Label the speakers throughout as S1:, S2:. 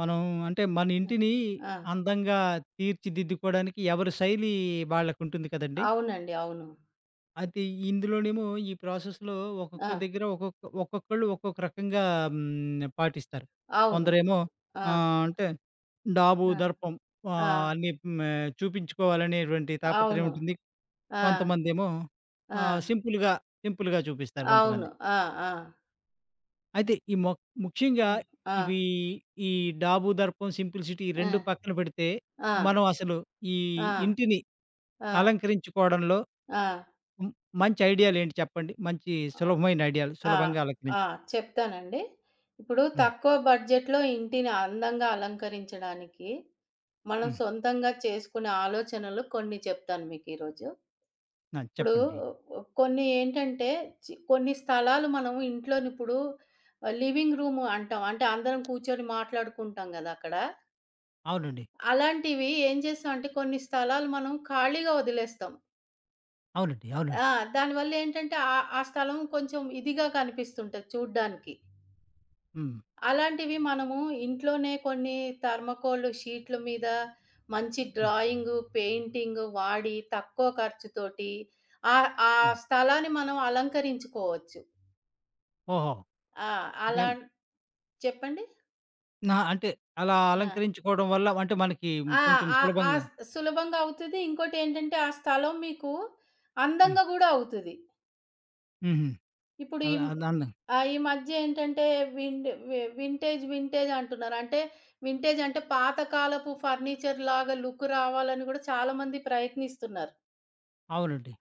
S1: మనం అంటే మన ఇంటిని
S2: ఆ! ఆ!
S1: అందంగా తీర్చిదిద్దుకోవడానికి ఎవరి శైలి వాళ్ళకుంటుంది కదండీ.
S2: అవునండి. అవును.
S1: అయితే ఇందులోనేమో ఈ ప్రాసెస్‌లో
S2: ఆ!
S1: ఒక్కొక్కరి దగ్గర ఒక్కొక్కళ్ళు ఒక్కొక్క రకంగా పాటిస్తారు.
S2: అవును.
S1: కొందరేమో
S2: ఆ!
S1: అంటే డాబు,
S2: ఆ!
S1: దర్పం
S2: ఆ!
S1: అన్నీ చూపించుకోవాలనేటువంటి తాపత్రయం
S2: అవును.
S1: ఉంటుంది.
S2: ఆ!
S1: కొంతమందేమో
S2: ఆ!
S1: ఆహ్, సింపుల్‌గా, సింపుల్‌గా చూపిస్తారు
S2: అవును.
S1: కొంతమంది.
S2: ఆ! ఆ!
S1: అయితే ఈ మొ ముఖ్యంగా
S2: హ్మ్. ఆ!
S1: ఇవి ఈ డాబు, దర్పం, సింప్లిసిటీ ఈ 2 పక్కన పెడితే,
S2: ఆ!
S1: మనం అసలు ఈ
S2: ఆ!
S1: ఇంటిని
S2: ఆ!
S1: అలంకరించుకోవడంలో
S2: ఆ! ఆ!
S1: మ్ మంచి ఐడియాలేంటి చెప్పండి? మంచి సులభమైన ఐడియాలు
S2: ఆ!
S1: సులభంగా
S2: ఆ!
S1: అలంకరించడం.
S2: చెప్తానండి. ఇప్పుడు
S1: హ్మ్.
S2: తక్కువ బడ్జెట్‌లో ఇంటిని అందంగా అలంకరించడానికి మనం
S1: హ్మ్.
S2: సొంతంగా చేసుకునే ఆలోచనలు కొన్ని చెప్తాను మీకు ఈరోజు.
S1: ఆ!
S2: ఇప్పుడు
S1: చెప్పండి.
S2: కొన్ని ఏంటంటే, కొన్ని స్థలాలు మనం ఇంట్లోనిప్పుడు లివింగ్ రూమ్ అంటాం. అంటే అందరం కూర్చొని మాట్లాడుకుంటాం గదా అక్కడ.
S1: అవునండి.
S2: అలాంటివి ఏం చేస్తాం అంటే కొన్ని స్థలాలు మనం ఖాళీగా వదిలేస్తాం.
S1: అవునండి. అవునండి.
S2: ఆ! దానివల్ల ఏంటంటే, ఆ స్థలం కొంచెం ఇదిగా కనిపిస్తుంటది చూడ్డానికి.
S1: హ్మ్.
S2: అలాంటివి మనము ఇంట్లోనే కొన్ని థర్మాకోల్ షీట్ల మీద మంచి
S1: హ్మ్.
S2: డ్రాయింగు, పెయింటింగు వాడి తక్కువ ఖర్చుతోటి ఆ
S1: అవును.
S2: స్థలాన్ని మనం అలంకరించుకోవచ్చు.
S1: ఓహో!
S2: ఆ! అలా
S1: దాన్ని
S2: చెప్పండి?
S1: నా అంటే అలా
S2: ఆ!
S1: అలంకరించుకోవడం వల్ల అంటే మనకి
S2: ఆ!
S1: కొంచెం
S2: ఆ ఆ
S1: సులభంగా.
S2: సులభంగా అవుతది. ఇంకోటేంటంటే, ఆ స్థలం మీకు
S1: హ్మ్.
S2: అందంగా గూడా అవుతది.
S1: హుహు.
S2: ఇప్పుడు
S1: అలా దాన్ని.
S2: ఈ మధ్య ఏంటంటే విండ్ వి వింటేజ్, వింటేజ్ అంటున్నారు. అంటే వింటేజ్ అంటే పాతకాలపు ఫర్నిచర్ లాగా లుక్ రావాలని గూడా చాలా మంది ప్రయత్నిస్తున్నారు.
S1: అవునండి.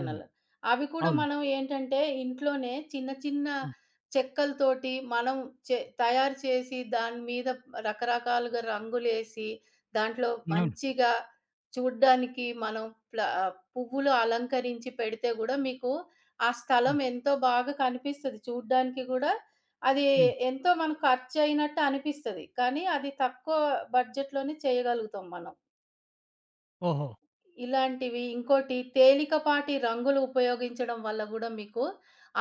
S1: అవును.
S2: అవి కూడా
S1: అవును.
S2: మనం ఏంటంటే, ఇంట్లోనే చిన్న చిన్న
S1: ఆ!
S2: చెక్కలతోటి మనం తయారు చేసి, దాని మీద రకరకాలుగా రంగులేసి, దాంట్లో
S1: అవును.
S2: మంచిగా చూడ్డానికి మనం పువ్వులు అలంకరించి పెడితే గూడా మీకు ఆ స్థలం
S1: హ్మ్.
S2: ఎంతో బాగా కనిపిస్తది. చూడ్డానికి గూడా అది
S1: హ్మ్.
S2: ఎంతో మనకు ఖర్చయినట్టు అనిపిస్తది. కానీ, అది తక్కువ బడ్జెట్‌లోనే చేయగలుగుతాం మనం.
S1: ఓహో!
S2: ఇలాంటివి. ఇంకోటి తేలికపాటి రంగులు ఉపయోగించడం వల్ల గూడా మీకు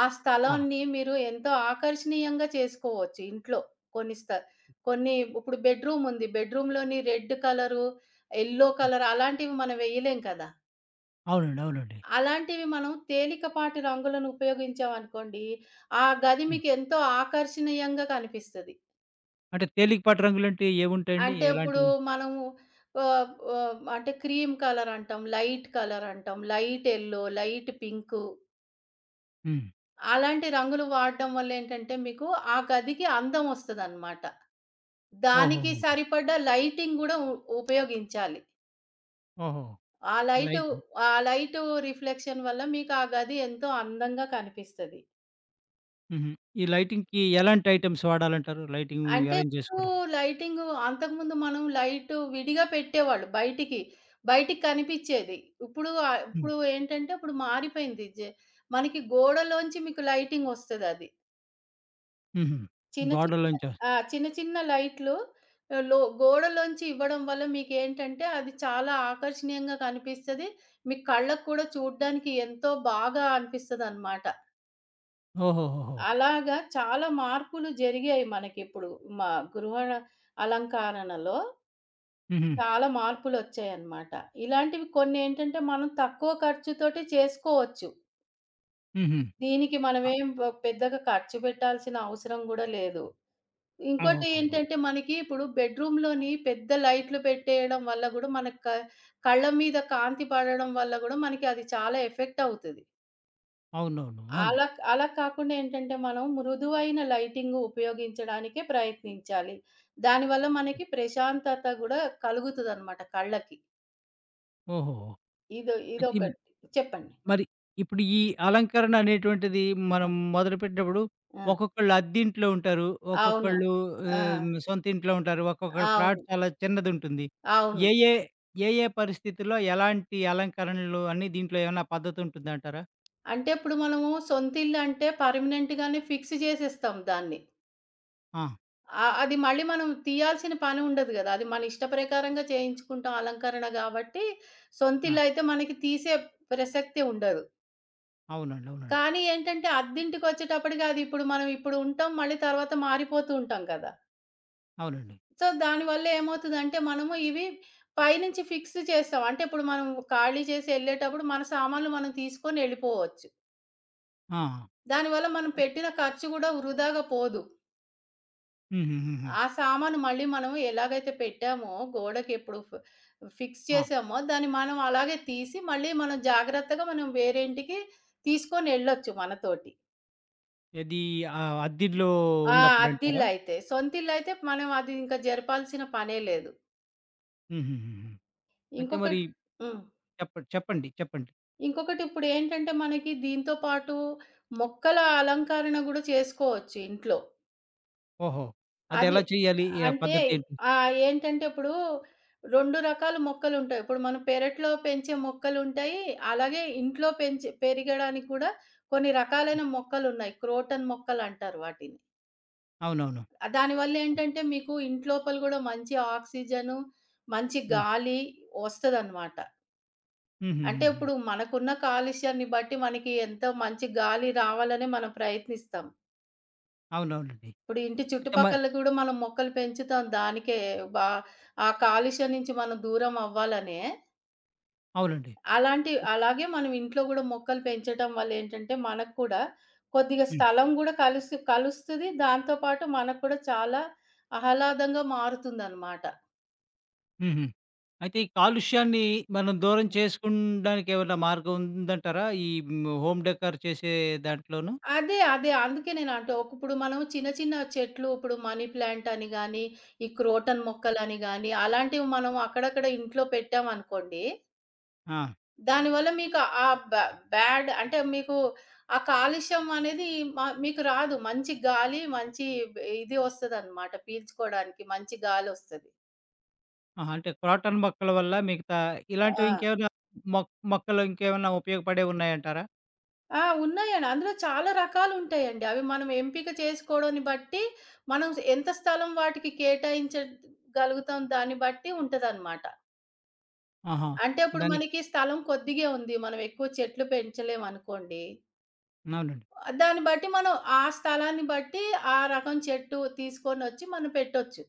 S2: ఆ
S1: ఆ!
S2: స్థలాన్ని మీరు ఎంతో ఆకర్షణీయంగా చేసుకోవచ్చు ఇంట్లో. కొన్ని స్థ కొన్ని ఇప్పుడు బెడ్‌రూమ్ ఉంది. బెడ్‌రూమ్‌లోని రెడ్ కలరు, యెల్లో కలర్ అలాంటివి మనం వేయలేం కదా.
S1: అవునండి. అవునండి.
S2: అలాంటివి మనం తేలికపాటి రంగులను ఉపయోగించామనుకోండి, ఆ గది
S1: హ్మ్.
S2: మీకు ఎంతో ఆకర్షణీయంగా కనిపిస్తది.
S1: అంటే తేలికపాటి రంగులంటే ఏవుంటాయండి?
S2: అంటే ఇప్పుడు
S1: ఎలాంటివి?
S2: మనము ఆహ్, ఆహ్, అంటే క్రీమ్ కలర్ అంటాం, లైట్ కలర్ అంటాం, లైట్ యెల్లో, లైట్ పింకు.
S1: హ్మ్.
S2: అలాంటి రంగులు వాడడం వల్లేంటంటే మీకు ఆ గదికి అందం వస్తదనమాట. దానికి
S1: ఓహోహోహో! ఓహో!
S2: సరిపడ్డ లైటింగ్ గూడా ఉపయోగించాలి.
S1: ఓహో.
S2: ఆ లైటు
S1: లైటింగ్.
S2: ఆ లైటు రిఫ్లెక్షన్ వల్ల మీకు ఆ గది ఎంతో అందంగా కనిపిస్తది.
S1: హుహు. ఈ లైటింగ్‌కి ఎలాంటి ఐటెమ్స్ వాడాలంటారు? లైటింగ్
S2: అంటే
S1: అరేంజ్
S2: ఇప్పుడు
S1: చేసుకోవడం?
S2: లైటింగు అంతకుముందు మనం లైటు విడిగా పెట్టేవాళ్ళు బయటికి. బయటికి కనిపిచ్చేది. ఇప్పుడు
S1: హ్మ్.
S2: ఏంటంటే ఇప్పుడు మారిపోయింది. మనకి గోడలోంచి మీకు లైటింగ్ వస్తదది.
S1: హుహు.
S2: చిన్న చిన్న
S1: గోడల్లోంచా?
S2: ఆ! చిన్న చిన్న లైట్లు ఆహ్, లో గోడలోంచి ఇవ్వడం వల్ల మీకేంటంటే, అది చాలా ఆకర్షణీయంగా కనిపిస్తది. మీ కళ్ళకు కూడా చూడ్డానికి ఎంతో బాగా అనిపిస్తదనమాట.
S1: ఓహోహోహో!
S2: అలాగా చాలా మార్పులు జరిగాయి మనకిప్పుడు. మా గృహ అలంకరణలో
S1: హుహు.
S2: చాలా మార్పులొచ్చాయనమాట. ఇలాంటివి కొన్నేంటంటే, మనం తక్కువ ఖర్చుతోటి చేసుకోవచ్చు.
S1: హుహు.
S2: దీనికి
S1: అ
S2: మనమేం పెద్దగా ఖర్చు పెట్టాల్సిన అవసరం గూడా లేదు. ఇంకోటి
S1: ఓహోహో!
S2: ఏంటంటే మనకి ఇప్పుడు బెడ్‌రూమ్‌లోని పెద్ద లైట్లు పెట్టేయడం వల్ల గూడా మన క కళ్ళ మీద కాంతి పడడం వల్ల గూడా మనకి అది చాలా ఎఫెక్ట్ అవుతది.
S1: అవును.
S2: అలా అలా కాకుండా ఏంటంటే మనం మృదువైన లైటింగ్ ఉపయోగించడానికే ప్రయత్నించాలి. దానివల్ల మనకి ప్రశాంతత గూడా కలుగుతదనమాట కళ్ళకి.
S1: ఓహోహో! అయితే
S2: ఇదొకటి. చెప్పండి.
S1: మరి ఇప్పుడు ఈ అలంకరణ అనేటువంటిది మనం మొదలుపెట్టినప్పుడు
S2: ఆ!
S1: ఒక్కొక్కళ్ళు అద్దింట్లో ఉంటారు.
S2: అవును.
S1: ఒక్కొక్కళ్ళు
S2: ఆ!
S1: సొంత ఇంట్లో ఉంటారు. ఒక్కొక్కళ్ళ ప్లాట్
S2: అవును.
S1: చాలా చిన్నదుంటుంది.
S2: అవును.
S1: ఏ ఏ, ఏ ఏ పరిస్థితుల్లో ఎలాంటి అలంకరణలు అని దీంట్లో ఏమన్నా పద్ధతి ఉంటుందంటారా?
S2: అంటే ఇప్పుడు మనము సొంతిల్లు అంటే పర్మనెంట్‌గానే ఫిక్స్ జేసేస్తాం దాన్ని.
S1: ఆ!
S2: ఆ! అది మళ్ళీ మనం తీయాల్సిన పని ఉండదు గదా. అది మన ఇష్ట ప్రకారంగా చేయించుకుంటాం అలంకరణ గాబట్టి,
S1: ఆ!
S2: సొంతిల్లయితే మనకి తీసే ప్రసక్తే ఉండదు.
S1: అవునండి. అవునండి.
S2: కానీ ఏంటంటే, అద్దింటికొచ్చేటప్పటికి అది ఇప్పుడు మనం ఇప్పుడు ఉంటాం, మళ్ళీ తర్వాత మారిపోతూ ఉంటాం కదా.
S1: అవునండి.
S2: సో, దానివల్ల ఏమవుతదంటే, మనము ఇవి పైనుంచి ఫిక్స్ చేస్తాం. అంటే, ఇప్పుడు మనం ఖాళీ చేసి ఎళ్ళేటప్పుడు మన సామాన్లు మనం తీసుకొని ఎళ్ళిపోవచ్చు.
S1: ఆ!
S2: దానివల్ల మనం పెట్టిన ఖర్చు గూడా వృధాగా పోదు.
S1: హుహుహుహు.
S2: ఆ సామాను మళ్ళీ మనం ఎలాగైతే పెట్టామో గోడకెప్పుడు ఫిక్స్
S1: ఆ!
S2: చేసామో, దాన్ని మనం అలాగే తీసి, మళ్ళీ మనం జాగ్రత్తగా మనం వేరే ఇంటికి తీసుకొనెళ్ళొచ్చు మనతోటి.
S1: ఏది అద్దిల్లో
S2: ఆ!
S1: ఉన్నప్పుడంటారా?
S2: అద్దిల్లయితే. సొంతిల్లయితే మనం అది ఇంకా జరపాల్సిన పనే లేదు.
S1: హుహుహుహు. అయితే మరి
S2: ఇంకొకటి హ్మ్.
S1: చెప్పండి.
S2: ఇంకొకటిప్పుడేంటంటే, మనకి దీంతో పాటు మొక్కల అలంకరణ గూడా చేసుకోవచ్చు ఇంట్లో.
S1: ఓహో!
S2: అది.
S1: అదెలా చేయాలి? ఏ
S2: అంటే
S1: పద్ధతి ఏంటి?
S2: ఏంటంటే ఇప్పుడు 2 రకాల మొక్కలుంటాయి. ఇప్పుడు మనం పెరట్లో పెంచే మొక్కలుంటాయి. అలాగే ఇంట్లో పెంచి పెరగడానికి కూడా కొన్ని రకాలైన మొక్కలున్నాయి. క్రోటన్ మొక్కలంటారు వాటిని.
S1: అవునవును.
S2: దానివల్లేంటంటే మీకు ఇంట్లోపల గూడా మంచి ఆక్సిజను, మంచి
S1: హ్మ్.
S2: గాలి వస్తదనమాట. అంటే
S1: హుహుహుహు.
S2: ఇప్పుడు మనకున్న కాలుష్యాన్ని బట్టి మనకి ఎంతో మంచి గాలి రావాలని మనం ప్రయత్నిస్తాం.
S1: అవునవునండి.
S2: ఇప్పుడు ఇంటి
S1: అయితే మరి
S2: చుట్టుపక్కల గూడా మనం మొక్కలు పెంచుతాం దానికే. బా ఆ కాలుష్యం నుంచి మనం దూరం అవ్వాలనే.
S1: అవునండి.
S2: అలాగే మనం ఇంట్లో గూడా మొక్కలు పెంచటం వల్ల ఏంటంటే, మనకు కూడా కొద్దిగా
S1: హ్మ్.
S2: స్థలం గూడా కలుస్తది. దాంతో పాటు మనకు కూడా చాలా ఆహ్లాదంగా మారుతుందనమాట.
S1: హుహు. అయితే ఈ కాలుష్యాన్ని మనం దూరం చేసుకుండానికి ఏమన్నా మార్గం ఉందంటారా? ఈ హోమ్ డెకర్ చేసే దాంట్లోను?
S2: అదే. అందుకే నేనంటూ ఇప్పుడు మనం చిన్న చిన్న చెట్లు ఇప్పుడు మనీ ప్లాంట్ అని గాని, ఈ క్రోటన్ మొక్కలని గాని అలాంటివి మనం అక్కడక్కడ ఇంట్లో పెట్టామనుకోండి
S1: ఆ!
S2: దానివల్ల మీకు ఆ బ బ్యాడ్ అంటే మీకు ఆ కాలుష్యం అనేది మీకు రాదు. మంచి గాలి, మంచి బ్ ఇది వస్తదనమాట పీల్చుకోడానికి మంచి గాలొస్తది.
S1: ఆహా! అంటే క్రోటన్ మొక్కల వల్ల మిగతా
S2: ఆ!
S1: ఇలాంటివి ఇంకేమైనా మొక్కలు ఇంకేమైనా ఉపయోగపడేవి ఉన్నాయంటారా?
S2: ఆ! ఉన్నాయండి. అందులో చాలా రకాలుంటాయండి. అవి మనం ఎంపిక చేసుకోవడాన్ని బట్టి, మనం ఎంత స్థలం వాటికి కేటాయించగలుగుతాం దాన్ని బట్టి ఉంటదనమాట.
S1: ఆహా!
S2: అంటే ఇప్పుడు
S1: దానికి
S2: మనకి స్థలం కొద్దిగే ఉంది. మనం ఎక్కువ చెట్లు పెంచలేమనుకోండి
S1: అవునండి.
S2: దాన్ని బట్టి మనం ఆ స్థలాన్ని బట్టి ఆ రకం చెట్టు తీసుకొనొచ్చి మనం పెట్టొచ్చు.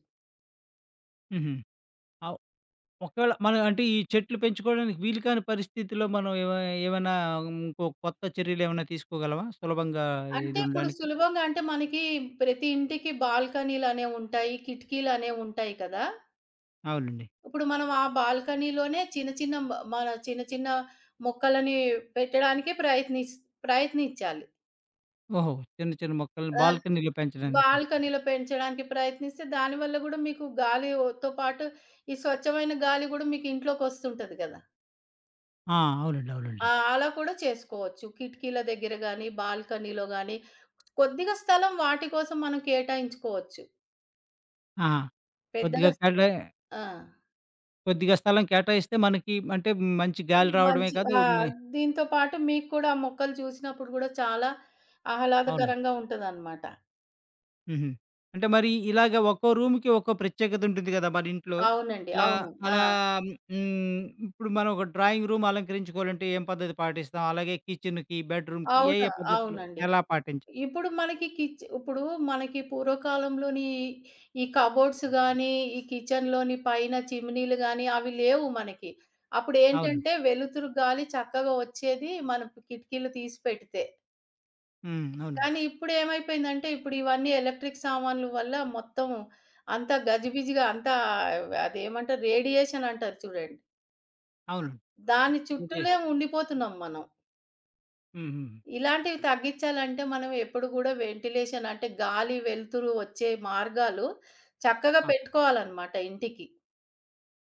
S1: హుహు. అవ్ ఒకవేళ మనం అంటే ఈ చెట్లు పెంచుకోవడానికి వీలు కాని పరిస్థితిలో మనం ఏమైనా ఇంకో కొత్త చర్యలేమైనా తీసుకోగలమా? సులభంగా
S2: అంటే
S1: ఇది
S2: ఇప్పుడు
S1: ఉండడానికి?
S2: సులభంగా అంటే మనకి ప్రతి ఇంటికి బాల్కనీలనేవుంటాయి, కిటికీలనేవుంటాయి కదా.
S1: అవునండి.
S2: ఇప్పుడు మనం ఆ బాల్కనీలోనే చిన్న చిన్న మన చిన్న చిన్న మొక్కలని పెట్టడానికి ప్రయత్నించాలి.
S1: ఓహో! చిన్న చిన్న మొక్కల్ని
S2: ఆహ్,
S1: బాల్కనీలో పెంచడానికి. ప్రయత్నం.
S2: బాల్కనీలో పెంచడానికి ప్రయత్నిస్తే దానివల్ల గూడా మీకు గాలి ఒతో పాటు ఈ స్వచ్ఛమైన గాలి గూడా మీకు ఇంట్లోకొస్తుంటది గదా.
S1: ఆ! అవునండి.
S2: ఆ!
S1: అవునండి.
S2: అలా కూడా చేసుకోవచ్చు. కిటికీల దగ్గర గాని, బాల్కనీలో గాని, కొద్దిగా స్థలం వాటి కోసం మనం కేటాయించుకోవచ్చు.
S1: ఆహా!
S2: పెద్దగా
S1: కొద్దిగా
S2: స్
S1: కేటా
S2: ఆ!
S1: కొద్దిగా స్థలం కేటాయిస్తే మనకి అంటే మంచి గాలి రావడమే
S2: మంచి
S1: కాదు
S2: ఆ! దీంతో పాటు మీకు కూడా ఆ మొక్కలు చూసినప్పుడు గూడా చాలా
S1: అవునండి.
S2: ఆహ్లాదకరంగా ఉంటదనమాట.
S1: హుహు. అంటే మరి ఇలాగ ఒక్కో రూమ్‌కి ఒక్కో ప్రత్యేకత ఉంటుంది గదా! మన ఇంట్లో.
S2: అవునండి.
S1: ఇలా
S2: అవును. ఆ!
S1: అలా హ్మ్. ఇప్పుడు మనం ఒక డ్రాయింగ్ రూమ్ అలంకరించుకోవాలంటే ఏం పద్ధతి పాటిస్తాం? అలాగే కిచెన్‌కి, బెడ్‌రూమ్‌కి ఏ
S2: అవును.
S1: ఏ పద్ధతులు
S2: అవునండి.
S1: ఎలా పాటించ.
S2: ఇప్పుడు మనకి ఇప్పుడు మనకి పూర్వకాలంలోని ఈ కబోర్డ్స్ గానీ, ఈ కిచెన్‌లోని పైన చిమ్నీలు గానీ, అవి లేవు మనకి.
S1: అవునండి.
S2: అప్పుడేంటంటే వెలుతురు గాలి చక్కగా వచ్చేది మన కిటికీలు తీసి పెడితే.
S1: హ్మ్. అవునండి.
S2: కానీ ఇప్పుడేమైపోయిందంటే, ఇప్పుడు ఇవన్నీ ఎలక్ట్రిక్ సామాన్లు వల్ల మొత్తం అంతా అదేమంటారు రేడియేషన్ అంటారు చూడండి.
S1: అవునండి.
S2: దాని
S1: ముగ్గేసి.
S2: చుట్టూలే ఉండిపోతున్నాం మనం.
S1: హుహుహు.
S2: ఇలాంటివి తగ్గించాలంటే మనం ఎప్పుడు గూడా వెంటిలేషన్ అంటే గాలి, వెలుతురు వచ్చే మార్గాలు చక్కగా
S1: ఆ!
S2: పెట్టుకోవాలనమాట ఇంటికి.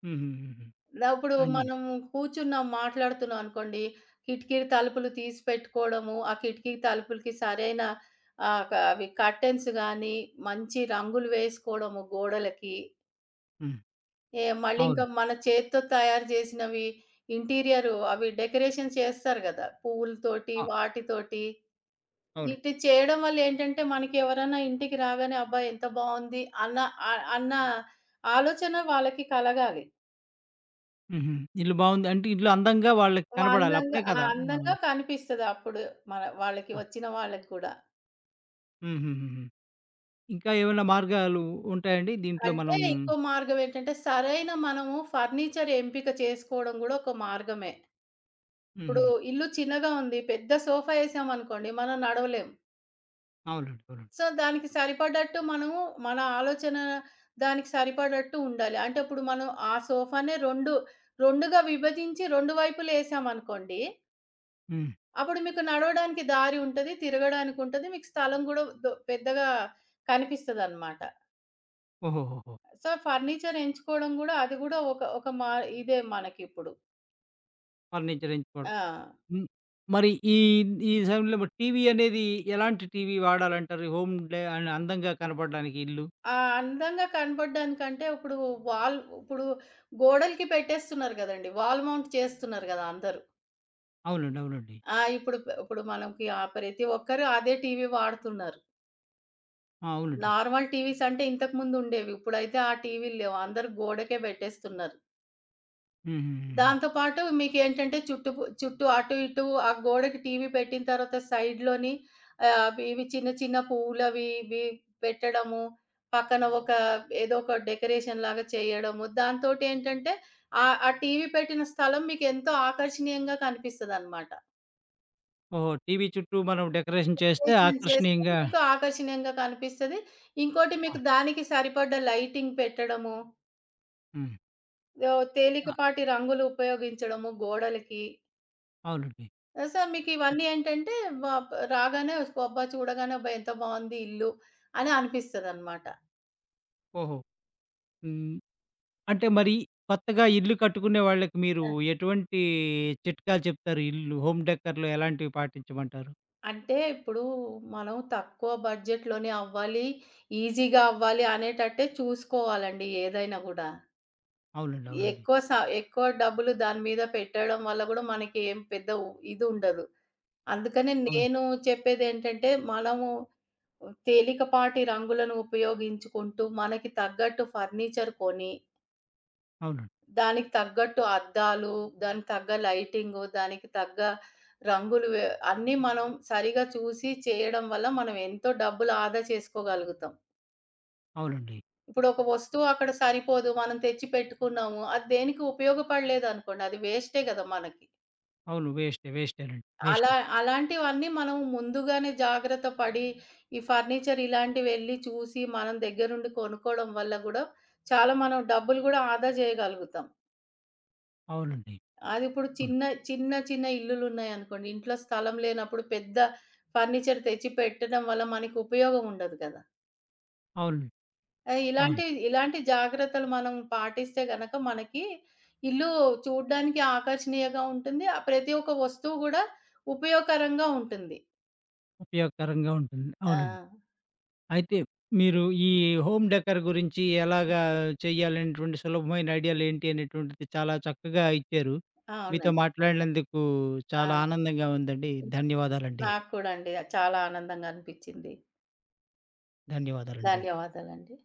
S1: హుహుహుహు.
S2: ఇప్పుడు
S1: అది.
S2: మనం కూర్చున్నాం, మాట్లాడుతున్నాం అనుకోండి, కిటికీ తలుపులు తీసి పెట్టుకోవడము, ఆ కిటికీ తలుపులకి సరైన ఆహ్, క అవి కర్టెన్స్ గానీ, మంచి రంగులు వేసుకోవడము గోడలకి.
S1: హ్మ్.
S2: మళ్ళీ ఇంకా
S1: అవును.
S2: మన చేత్తో తయారు చేసినవి ఇంటీరియరు అవి డెకరేషన్ చేస్తారు గదా. పువ్వులతోటి,
S1: ఆ!
S2: వాటితోటి.
S1: అవును.
S2: ఇది చేయడం వల్ల ఏంటంటే, మనకెవరన్నా ఇంటికి రాగానే, "అబ్బా! ఎంత బావుంది" అన్న ఆలోచన వాళ్ళకి కలగాలి.
S1: హుహు. ఇల్లు బావుంది అంటే ఇల్లు అందంగా వాళ్ళకి కనబడాలి.
S2: అందంగా
S1: అప్పుడే
S2: ఆ!
S1: కదా! మన.
S2: అందంగా కనిపిస్తదప్పుడు మన వాళ్ళకి,
S1: ఆ!
S2: వచ్చిన వాళ్ళకి కూడా.
S1: హుహుహుహు. ఇంకా ఏమైనా మార్గాలు ఉంటాయండి దీంట్లో
S2: అంటే
S1: మనం?
S2: ఇంకో మార్గం ఏంటంటే, సరైన మనము ఫర్నిచర్ ఎంపిక చేసుకోవడం గూడా ఒక మార్గమే. ఇప్పుడు
S1: హుహు.
S2: ఇల్లు చిన్నగా ఉంది, పెద్ద సోఫా ఏసామనుకోండి, మనం నడవలేం.
S1: అవునండి. అవునండి.
S2: సో, దానికి సరిపడ్డట్టు మనము మన ఆలోచన దానికి సరిపడట్టు ఉండాలి. అంటే ఇప్పుడు మనం ఆ సోఫానే 2, 2గా విభజించి 2 వైపులేసామనుకోండి.
S1: హ్మ్.
S2: అప్పుడు మీకు నడవడానికి దారి ఉంటది. తిరగడానికుంటది. మీకు స్థలం గూడా పెద్దగా కనిపిస్తదనమాట.
S1: ఓహోహోహో!
S2: సో, ఫర్నిచర్ ఎంచుకోవడం గూడా అది గూడా ఒక ఒక ఇదే మనకిప్పుడు.
S1: ఫర్నిచర్ ఎంచుకోవడం.
S2: ఆ!
S1: హ్మ్. మరి ఈ ఈ సమయంలో మరి టీవీ అనేది ఎలాంటి టీవీ వాడాలంటారు? హోమ్ డే అండ్ అందంగా కనపడడానికి ఇల్లు?
S2: ఆ అందంగా కనపడడానికంటే ఇప్పుడు వాల్ ఇప్పుడు గోడలకి పెట్టేస్తున్నారు గదండీ! వాల్ మౌంట్ చేస్తున్నారు గదా అందరూ.
S1: అవునండి. అవునండి.
S2: ఆ! ఇప్పుడు మనకి ఆ ప్రతి ఒక్కరు అదే టీవీ వాడుతున్నారు.
S1: ఆ! అవునండి.
S2: నార్మల్ టీవీస్ అంటే ఇంతకుముందు ఉండేవి. ఇప్పుడైతే ఆ టీవీలు లేవు. అందరూ గోడకే పెట్టేస్తున్నారు.
S1: హుహుహుహు.
S2: దాంతో పాటు మీకేంటంటే చుట్టూ అటు ఇటు ఆ గోడకి టీవీ పెట్టిన తర్వాత సైడ్‌లోని ఆహ్, అవి ఇవి చిన్న చిన్న పువ్వులవి ఇవి పెట్టడము, పక్కన ఒక ఏదో ఒక డెకరేషన్‌లాగా చేయడము, దాంతోటేంటంటే ఆహ్, ఆ ఆ టీవీ పెట్టిన స్థలం మీకెంతో ఆకర్షణీయంగా కనిపిస్తదనమాట.
S1: ఓహో! టీవీ చుట్టూ మనం డెకరేషన్ చేస్తే
S2: డెకరేషన్ చేస్తే
S1: ఆకర్షణీయంగా.
S2: మీకు ఆకర్షణీయంగా కనిపిస్తది. ఇంకోటి
S1: ఆ!
S2: మీకు దానికి సరిపడ్డ లైటింగ్ పెట్టడము,
S1: హ్మ్. ఆ!
S2: తేలికపాటి రంగులు ఉపయోగించడము గోడలకి.
S1: అవునండి.
S2: సో, మీకు ఇవన్నీ ఏంటంటే వ రాగానే అబ్బా! చూడగానే అబ్బా! ఎంత బావుంది ఇల్లు అని అనిపిస్తదనమాట.
S1: ఓహో! హ్మ్. అంటే మరి కొత్తగా ఇల్లు కట్టుకునే వాళ్ళకి మీరు
S2: ఆ!
S1: ఎటువంటి చిట్కాలు చెప్తారు? ఇల్లు హోమ్ డెకర్‌లో ఎలాంటివి పాటించమంటారు?
S2: అంటే ఇప్పుడు మనం తక్కువ బడ్జెట్‌లోనే అవ్వాలి, ఈజీగా అవ్వాలి అనేటట్టే చూసుకోవాలండి ఏదైనా గూడా.
S1: అవునండి. అవునండి.
S2: ఎక్కువ స ఎక్కువ డబ్బులు దాని మీద పెట్టడం వల్ల గూడా మనకి ఏం పెద్ద ఇదుండదు. అందుకనే
S1: అవును.
S2: నేను చెప్పేదేంటంటే, మనము తేలికపాటి రంగులను ఉపయోగించుకుంటూ, మనకి తగ్గట్టు ఫర్నిచర్ కొని,
S1: అవునండి.
S2: దానికి తగ్గట్టు అద్దాలు, దానికి తగ్గ లైటింగు, దానికి తగ్గ రంగులు వే అన్నీ మనం సరిగా చూసి చేయడం వల్ల మనం ఎంతో డబ్బులు ఆదా చేసుకోగలుగుతాం.
S1: అవునండి.
S2: ఇప్పుడు ఒక వస్తువు అక్కడ సరిపోదు. మనం తెచ్చి పెట్టుకున్నాము. అది దేనికి ఉపయోగపడలేదనుకోండి, అది వేస్టే గదా మనకి.
S1: అవును. వేస్టే. వేస్టేనండి.
S2: అలా
S1: వేస్టే.
S2: అలాంటివన్నీ మనం ముందుగానే జాగ్రత్త పడి, ఈ ఫర్నిచర్ ఇలాంటివెళ్లి చూసి, మనం దగ్గరుండి కొనుక్కోవడం వల్ల గూడా, చాలా మనం డబ్బులు గూడా ఆదా చేయగలుగుతాం.
S1: అవునండి.
S2: అదిప్పుడు
S1: అవును.
S2: చిన్న, చిన్న ఇల్లులున్నాయనుకోండి, ఇంట్లో స్థలం లేనప్పుడు పెద్ద ఫర్నిచర్ తెచ్చి పెట్టడం వల్ల మనకి ఉపయోగం ఉండదు కదా.
S1: అవును. అవును.
S2: ఇలాంటి జాగ్రత్తలు మనం పాటిస్తే గనక మనకి ఇల్లు చూడ్డానికి ఆకర్షణీయంగా ఉంటుంది. ప్రతి ఒక్క వస్తువు గూడా ఉపయోగకరంగా ఉంటుంది.
S1: ఉపయోగకరంగా ఉంటుంది.
S2: ఆ!
S1: అవునండి. అయితే మీరు ఈ హోమ్ డెకర్ గురించి ఎలాగా చేయాలనేటువంటి సులభమైన ఐడియాలేంటి అనేటువంటిది చాలా చక్కగా ఇచ్చారు. మీతో
S2: అవునండి.
S1: మాట్లాడినందుకు
S2: ఆ!
S1: చాలా ఆనందంగా ఉందండి. ధన్యవాదాలండి.
S2: నాకు కూడా అండి. చాలా ఆనందంగా అనిపిచ్చింది.
S1: ధన్యవాదాలండి.
S2: ధన్యవాదాలండి.